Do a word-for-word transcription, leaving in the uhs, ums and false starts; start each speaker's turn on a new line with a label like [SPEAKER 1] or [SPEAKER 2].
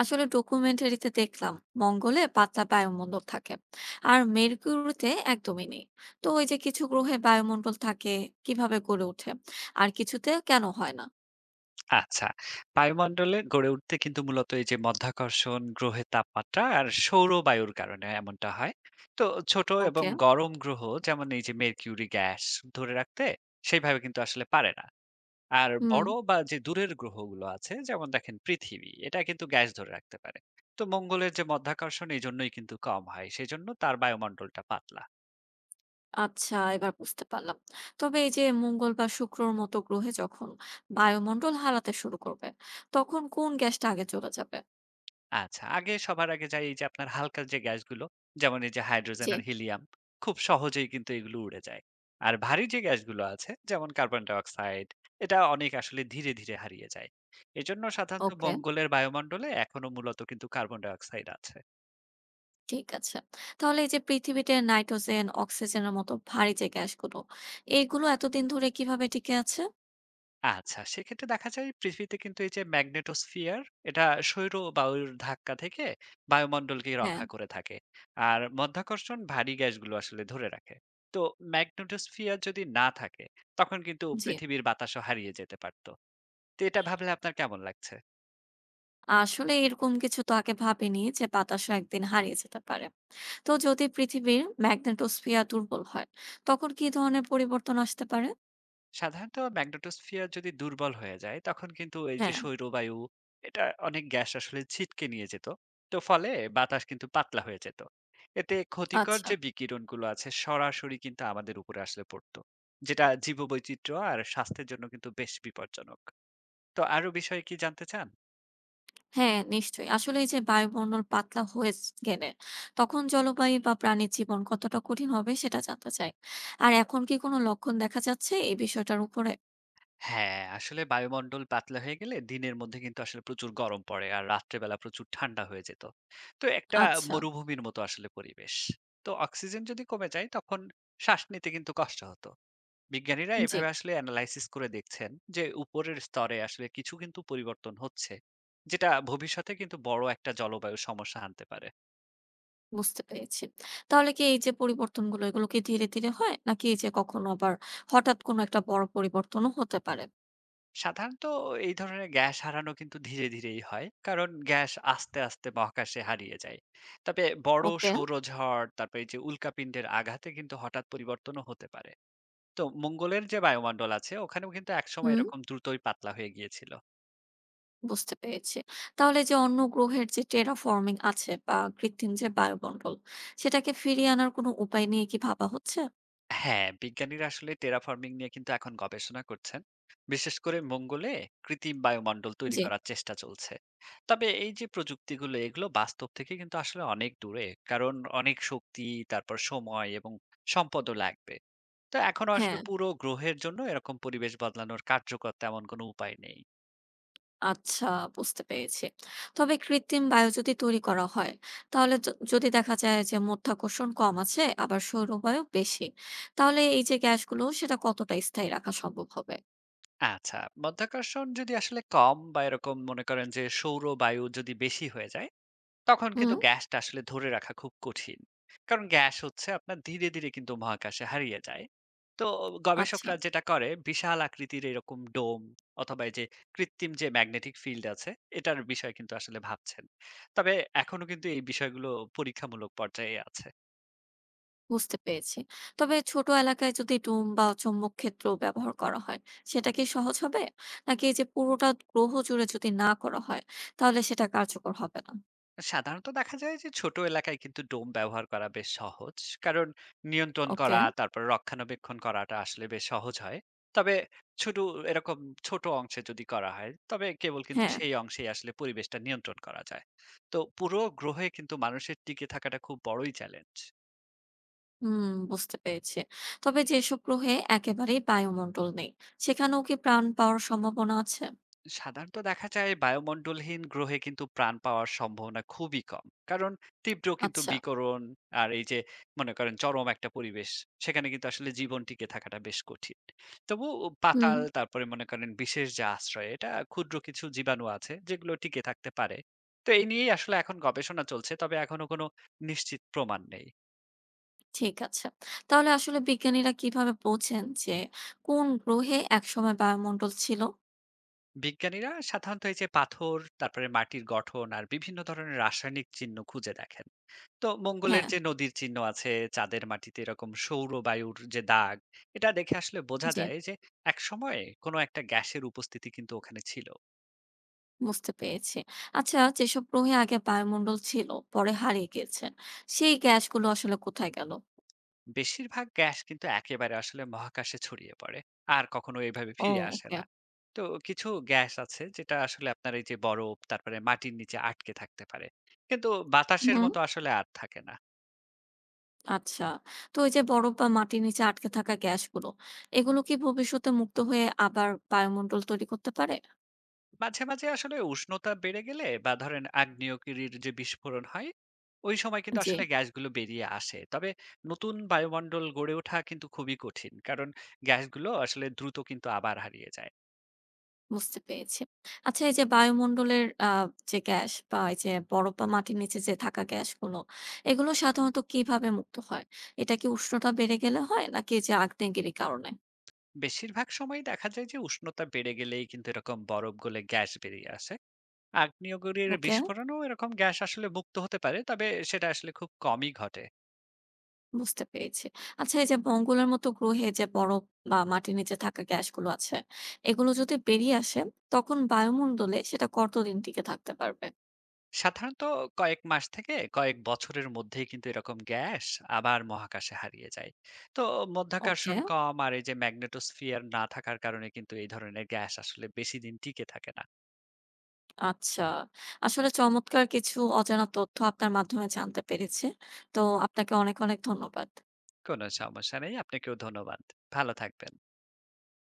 [SPEAKER 1] আসলে ডকুমেন্টারিতে দেখলাম মঙ্গলে পাতলা বায়ুমণ্ডল থাকে, আর মেরকুরিতে একদমই নেই। তো ওই যে কিছু গ্রহে বায়ুমণ্ডল থাকে, কিভাবে গড়ে ওঠে, আর কিছুতে কেন হয় না?
[SPEAKER 2] আচ্ছা। বায়ুমণ্ডলে গড়ে উঠতে কিন্তু মূলত এই যে মাধ্যাকর্ষণ, গ্রহের তাপমাত্রা আর সৌর বায়ুর কারণে এমনটা হয়। তো ছোট এবং
[SPEAKER 1] ওকে।
[SPEAKER 2] গরম গ্রহ যেমন এই যে মেরকিউরি গ্যাস ধরে রাখতে সেইভাবে কিন্তু আসলে পারে না। আর
[SPEAKER 1] হুম।
[SPEAKER 2] বড় বা যে দূরের গ্রহগুলো আছে যেমন দেখেন পৃথিবী, এটা কিন্তু গ্যাস ধরে রাখতে পারে। তো মঙ্গলের যে মাধ্যাকর্ষণ এজন্যই কিন্তু কম হয়। সেজন্য তার বায়ুমণ্ডলটা পাতলা।
[SPEAKER 1] আচ্ছা, এবার বুঝতে পারলাম। তবে এই যে মঙ্গল বা শুক্রর মতো গ্রহে যখন বায়ুমণ্ডল হারাতে শুরু করবে, তখন কোন গ্যাসটা আগে চলে যাবে?
[SPEAKER 2] আচ্ছা, আগে সবার আগে যাই এই যে আপনার হালকা যে গ্যাসগুলো, যেমন এই যে হাইড্রোজেন
[SPEAKER 1] জি।
[SPEAKER 2] আর হিলিয়াম, খুব সহজেই কিন্তু এগুলো উড়ে যায়। আর ভারী যে গ্যাসগুলো আছে, যেমন কার্বন ডাইঅক্সাইড, এটা অনেক আসলে ধীরে, ধীরে হারিয়ে যায়। এজন্য সাধারণত
[SPEAKER 1] ওকে,
[SPEAKER 2] মঙ্গলের বায়ুমণ্ডলে এখনো মূলত কিন্তু কার্বন ডাইঅক্সাইড আছে।
[SPEAKER 1] ঠিক আছে। তাহলে এই যে পৃথিবীতে নাইট্রোজেন অক্সিজেনের মতো ভারী যে গ্যাসগুলো, এইগুলো এতদিন ধরে কিভাবে টিকে আছে?
[SPEAKER 2] আচ্ছা, সেক্ষেত্রে দেখা যায় পৃথিবীতে কিন্তু এই যে ম্যাগনেটোস্ফিয়ার এটা সৌর বায়ুর ধাক্কা থেকে বায়ুমণ্ডলকে
[SPEAKER 1] হ্যাঁ।
[SPEAKER 2] রক্ষা করে থাকে। আর মাধ্যাকর্ষণ ভারী গ্যাসগুলো আসলে ধরে রাখে। তো ম্যাগনেটোস্ফিয়ার যদি না থাকে তখন কিন্তু
[SPEAKER 1] জি।
[SPEAKER 2] পৃথিবীর বাতাসও হারিয়ে যেতে পারত। তো এটা ভাবলে আপনার কেমন লাগছে?
[SPEAKER 1] আসলে এরকম কিছু তো আগে ভাবিনি যে বাতাসও একদিন হারিয়ে যেতে পারে। তো যদি পৃথিবীর ম্যাগনেটোস্ফিয়ার দুর্বল হয়, তখন কি ধরনের পরিবর্তন আসতে পারে?
[SPEAKER 2] সাধারণত ম্যাগনেটোস্ফিয়ার যদি দুর্বল হয়ে যায় তখন কিন্তু এই যে
[SPEAKER 1] হ্যাঁ।
[SPEAKER 2] শৈলবায়ু এটা অনেক গ্যাস আসলে ছিটকে নিয়ে যেত। তো ফলে বাতাস কিন্তু পাতলা হয়ে যেত। এতে ক্ষতিকর
[SPEAKER 1] আচ্ছা।
[SPEAKER 2] যে বিকিরণগুলো আছে সরাসরি কিন্তু আমাদের উপরে আসলে পড়তো, যেটা জীববৈচিত্র্য আর স্বাস্থ্যের জন্য কিন্তু বেশ বিপজ্জনক। তো আরো বিষয়ে কি জানতে চান?
[SPEAKER 1] হ্যাঁ, নিশ্চয়ই। আসলে এই যে বায়ুমণ্ডল পাতলা হয়ে য গেলে তখন জলবায়ু বা প্রাণীর জীবন কতটা কঠিন হবে সেটা জানতে চাই। আর এখন কি কোনো লক্ষণ দেখা যাচ্ছে এই বিষয়টার উপরে?
[SPEAKER 2] হ্যাঁ, আসলে বায়ুমণ্ডল পাতলা হয়ে গেলে দিনের মধ্যে কিন্তু আসলে প্রচুর গরম পড়ে আর রাত্রেবেলা প্রচুর ঠান্ডা হয়ে যেত। তো একটা
[SPEAKER 1] আচ্ছা।
[SPEAKER 2] মরুভূমির মতো আসলে পরিবেশ। তো অক্সিজেন যদি কমে যায় তখন শ্বাস নিতে কিন্তু কষ্ট হতো। বিজ্ঞানীরা
[SPEAKER 1] জি।
[SPEAKER 2] এভাবে আসলে অ্যানালাইসিস করে দেখছেন যে উপরের স্তরে আসলে কিছু কিন্তু পরিবর্তন হচ্ছে, যেটা ভবিষ্যতে কিন্তু বড় একটা জলবায়ু সমস্যা আনতে পারে।
[SPEAKER 1] বুঝতে পেরেছি। তাহলে কি এই যে পরিবর্তনগুলো এগুলো কি ধীরে, ধীরে হয়? নাকি এই যে কখনো আবার হঠাৎ কোনো একটা বড় পরিবর্তনও হতে পারে?
[SPEAKER 2] সাধারণত এই ধরনের গ্যাস হারানো কিন্তু ধীরে ধীরেই হয় কারণ গ্যাস আস্তে আস্তে মহাকাশে হারিয়ে যায়। তবে বড়
[SPEAKER 1] ওকে।
[SPEAKER 2] সৌরঝড় তারপরে এই যে উল্কাপিণ্ডের আঘাতে কিন্তু হঠাৎ পরিবর্তনও হতে পারে। তো মঙ্গলের যে বায়ুমণ্ডল আছে ওখানেও কিন্তু একসময়
[SPEAKER 1] হুম।
[SPEAKER 2] এরকম দ্রুতই পাতলা হয়ে গিয়েছিল।
[SPEAKER 1] বুঝতে পেরেছি। তাহলে যে অন্য গ্রহের যে terraforming আছে বা কৃত্রিম যে বায়ুমণ্ডল, সেটাকে ফিরিয়ে আনার কোনো উপায় নিয়ে কি ভাবা হচ্ছে?
[SPEAKER 2] হ্যাঁ, বিজ্ঞানীরা আসলে terraforming নিয়ে কিন্তু এখন গবেষণা করছেন। বিশেষ করে মঙ্গলে কৃত্রিম বায়ুমণ্ডল তৈরি
[SPEAKER 1] জি।
[SPEAKER 2] করার চেষ্টা চলছে। তবে এই যে প্রযুক্তিগুলো এগুলো বাস্তব থেকে কিন্তু আসলে অনেক দূরে। কারণ অনেক শক্তি, তারপর সময় এবং সম্পদও লাগবে। তো এখনো আসলে
[SPEAKER 1] হ্যাঁ।
[SPEAKER 2] পুরো গ্রহের জন্য এরকম পরিবেশ বদলানোর কার্যকর তেমন কোনো উপায় নেই।
[SPEAKER 1] আচ্ছা, বুঝতে পেরেছি। তবে কৃত্রিম বায়ু যদি তৈরি করা হয়, তাহলে য যদি দেখা যায় যে মাধ্যাকর্ষণ কম আছে, আবার সৌর বায়ু বেশি, তাহলে এই যে গ্যাসগুলো সেটা কতটা স্থায়ী রাখা সম্ভব হবে?
[SPEAKER 2] আচ্ছা, মাধ্যাকর্ষণ যদি আসলে কম বা এরকম মনে করেন যে সৌর বায়ু যদি বেশি হয়ে যায় তখন কিন্তু
[SPEAKER 1] হুম।
[SPEAKER 2] গ্যাসটা আসলে ধরে রাখা খুব কঠিন। কারণ গ্যাস হচ্ছে আপনার ধীরে, ধীরে কিন্তু মহাকাশে হারিয়ে যায়। তো
[SPEAKER 1] আচ্ছা,
[SPEAKER 2] গবেষকরা যেটা করে বিশাল আকৃতির এরকম ডোম অথবা এই যে কৃত্রিম যে ম্যাগনেটিক ফিল্ড আছে এটার বিষয়ে কিন্তু আসলে ভাবছেন। তবে এখনো কিন্তু এই বিষয়গুলো পরীক্ষামূলক পর্যায়ে আছে।
[SPEAKER 1] বুঝতে পেরেছি। তবে ছোট এলাকায় যদি ডোম বা চৌম্বক ক্ষেত্র ব্যবহার করা হয়, সেটা কি সহজ হবে? নাকি এই যে পুরোটা গ্রহ জুড়ে যদি না করা হয়, তাহলে সেটা কার্যকর হবে না?
[SPEAKER 2] সাধারণত দেখা যায় যে ছোট এলাকায় কিন্তু ডোম ব্যবহার করা বেশ সহজ। কারণ নিয়ন্ত্রণ
[SPEAKER 1] ওকে।
[SPEAKER 2] করা তারপর রক্ষণাবেক্ষণ করাটা আসলে বেশ সহজ হয়। তবে ছোট এরকম ছোট অংশে যদি করা হয় তবে কেবল কিন্তু
[SPEAKER 1] হ্যাঁ।
[SPEAKER 2] সেই অংশেই আসলে পরিবেশটা নিয়ন্ত্রণ করা যায়। তো পুরো গ্রহে কিন্তু মানুষের টিকে থাকাটা খুব বড়ই চ্যালেঞ্জ।
[SPEAKER 1] হুম, বুঝতে পেরেছি। তবে যেসব গ্রহে একেবারেই বায়ুমণ্ডল নেই, সেখানেও কি প্রাণ পাওয়ার সম্ভাবনা আছে?
[SPEAKER 2] সাধারণত দেখা যায় বায়ুমণ্ডলহীন গ্রহে কিন্তু প্রাণ পাওয়ার সম্ভাবনা খুবই কম। কারণ তীব্র কিন্তু
[SPEAKER 1] আচ্ছা।
[SPEAKER 2] বিকরণ আর এই যে মনে করেন চরম একটা পরিবেশ, সেখানে কিন্তু আসলে জীবন টিকে থাকাটা বেশ কঠিন। তবু
[SPEAKER 1] হুম।
[SPEAKER 2] পাতাল তারপরে মনে করেন বিশেষ যে আশ্রয়, এটা ক্ষুদ্র কিছু জীবাণু আছে যেগুলো টিকে থাকতে পারে। তো এই নিয়েই আসলে এখন গবেষণা চলছে তবে এখনো কোনো নিশ্চিত প্রমাণ নেই।
[SPEAKER 1] ঠিক আছে। তাহলে আসলে বিজ্ঞানীরা কিভাবে বোঝেন যে কোন গ্রহে একসময় বায়ুমণ্ডল ছিল?
[SPEAKER 2] বিজ্ঞানীরা সাধারণত এই যে পাথর তারপরে মাটির গঠন আর বিভিন্ন ধরনের রাসায়নিক চিহ্ন খুঁজে দেখেন। তো মঙ্গলের
[SPEAKER 1] হ্যাঁ।
[SPEAKER 2] যে নদীর চিহ্ন আছে চাঁদের মাটিতে এরকম সৌর বায়ুর যে দাগ, এটা দেখে আসলে বোঝা
[SPEAKER 1] জি।
[SPEAKER 2] যায় যে এক সময়ে কোনো একটা গ্যাসের উপস্থিতি কিন্তু ওখানে ছিল।
[SPEAKER 1] বুঝতে পেরেছি। আচ্ছা, যেসব গ্রহে আগে বায়ুমণ্ডল ছিল, পরে হারিয়ে গেছে, সেই গ্যাসগুলো আসলে কোথায় গেল?
[SPEAKER 2] বেশিরভাগ গ্যাস কিন্তু একেবারে আসলে মহাকাশে ছড়িয়ে পড়ে আর কখনো এইভাবে
[SPEAKER 1] ও,
[SPEAKER 2] ফিরে আসে
[SPEAKER 1] ওকে।
[SPEAKER 2] না। তো কিছু গ্যাস আছে যেটা আসলে আপনার এই যে বরফ তারপরে মাটির নিচে আটকে থাকতে পারে কিন্তু বাতাসের
[SPEAKER 1] হুম।
[SPEAKER 2] মতো আসলে আর থাকে না।
[SPEAKER 1] আচ্ছা। তো এই যে বরফ বা মাটির নিচে আটকে থাকা গ্যাসগুলো, এগুলো কি ভবিষ্যতে মুক্ত হয়ে আবার বায়ুমণ্ডল তৈরি করতে পারে?
[SPEAKER 2] মাঝে মাঝে আসলে উষ্ণতা বেড়ে গেলে বা ধরেন আগ্নেয়গিরির যে বিস্ফোরণ হয় ওই সময় কিন্তু
[SPEAKER 1] জি।
[SPEAKER 2] আসলে গ্যাসগুলো বেরিয়ে আসে। তবে নতুন বায়ুমণ্ডল গড়ে ওঠা কিন্তু খুবই কঠিন। কারণ গ্যাসগুলো আসলে দ্রুত কিন্তু আবার হারিয়ে যায়।
[SPEAKER 1] বুঝতে পেরেছি। আচ্ছা, এই যে বায়ুমণ্ডলের আ যে গ্যাস বা এই যে বরফ বা মাটির নিচে যে থাকা গ্যাসগুলো, এগুলো সাধারণত কিভাবে মুক্ত হয়? এটা কি উষ্ণতা বেড়ে গেলে হয় নাকি এই যে আগ্নেয়গিরির কারণে?
[SPEAKER 2] বেশিরভাগ সময়ই দেখা যায় যে উষ্ণতা বেড়ে গেলেই কিন্তু এরকম বরফ গলে গ্যাস বেরিয়ে আসে। আগ্নেয়গিরির
[SPEAKER 1] ওকে।
[SPEAKER 2] বিস্ফোরণেও এরকম গ্যাস আসলে মুক্ত হতে পারে। তবে সেটা আসলে খুব কমই ঘটে।
[SPEAKER 1] বুঝতে পেরেছি। আচ্ছা, এই যে মঙ্গলের মতো গ্রহে যে বরফ বা মাটির নিচে থাকা গ্যাসগুলো আছে, এগুলো যদি বেরিয়ে আসে তখন বায়ুমণ্ডলে সেটা কতদিন টিকে থাকতে পারবে?
[SPEAKER 2] সাধারণত কয়েক মাস থেকে কয়েক বছরের মধ্যেই কিন্তু এরকম গ্যাস আবার মহাকাশে হারিয়ে যায়। তো মধ্যাকর্ষণ
[SPEAKER 1] ওকে।
[SPEAKER 2] কম আর এই যে ম্যাগনেটোস্ফিয়ার না থাকার কারণে কিন্তু এই ধরনের গ্যাস আসলে বেশি দিন টিকে থাকে না।
[SPEAKER 1] আচ্ছা। আসলে চমৎকার কিছু অজানা তথ্য আপনার মাধ্যমে জানতে পেরেছি। তো আপনাকে অনেক, অনেক ধন্যবাদ।
[SPEAKER 2] কোনো সমস্যা নেই। আপনাকেও ধন্যবাদ। ভালো থাকবেন।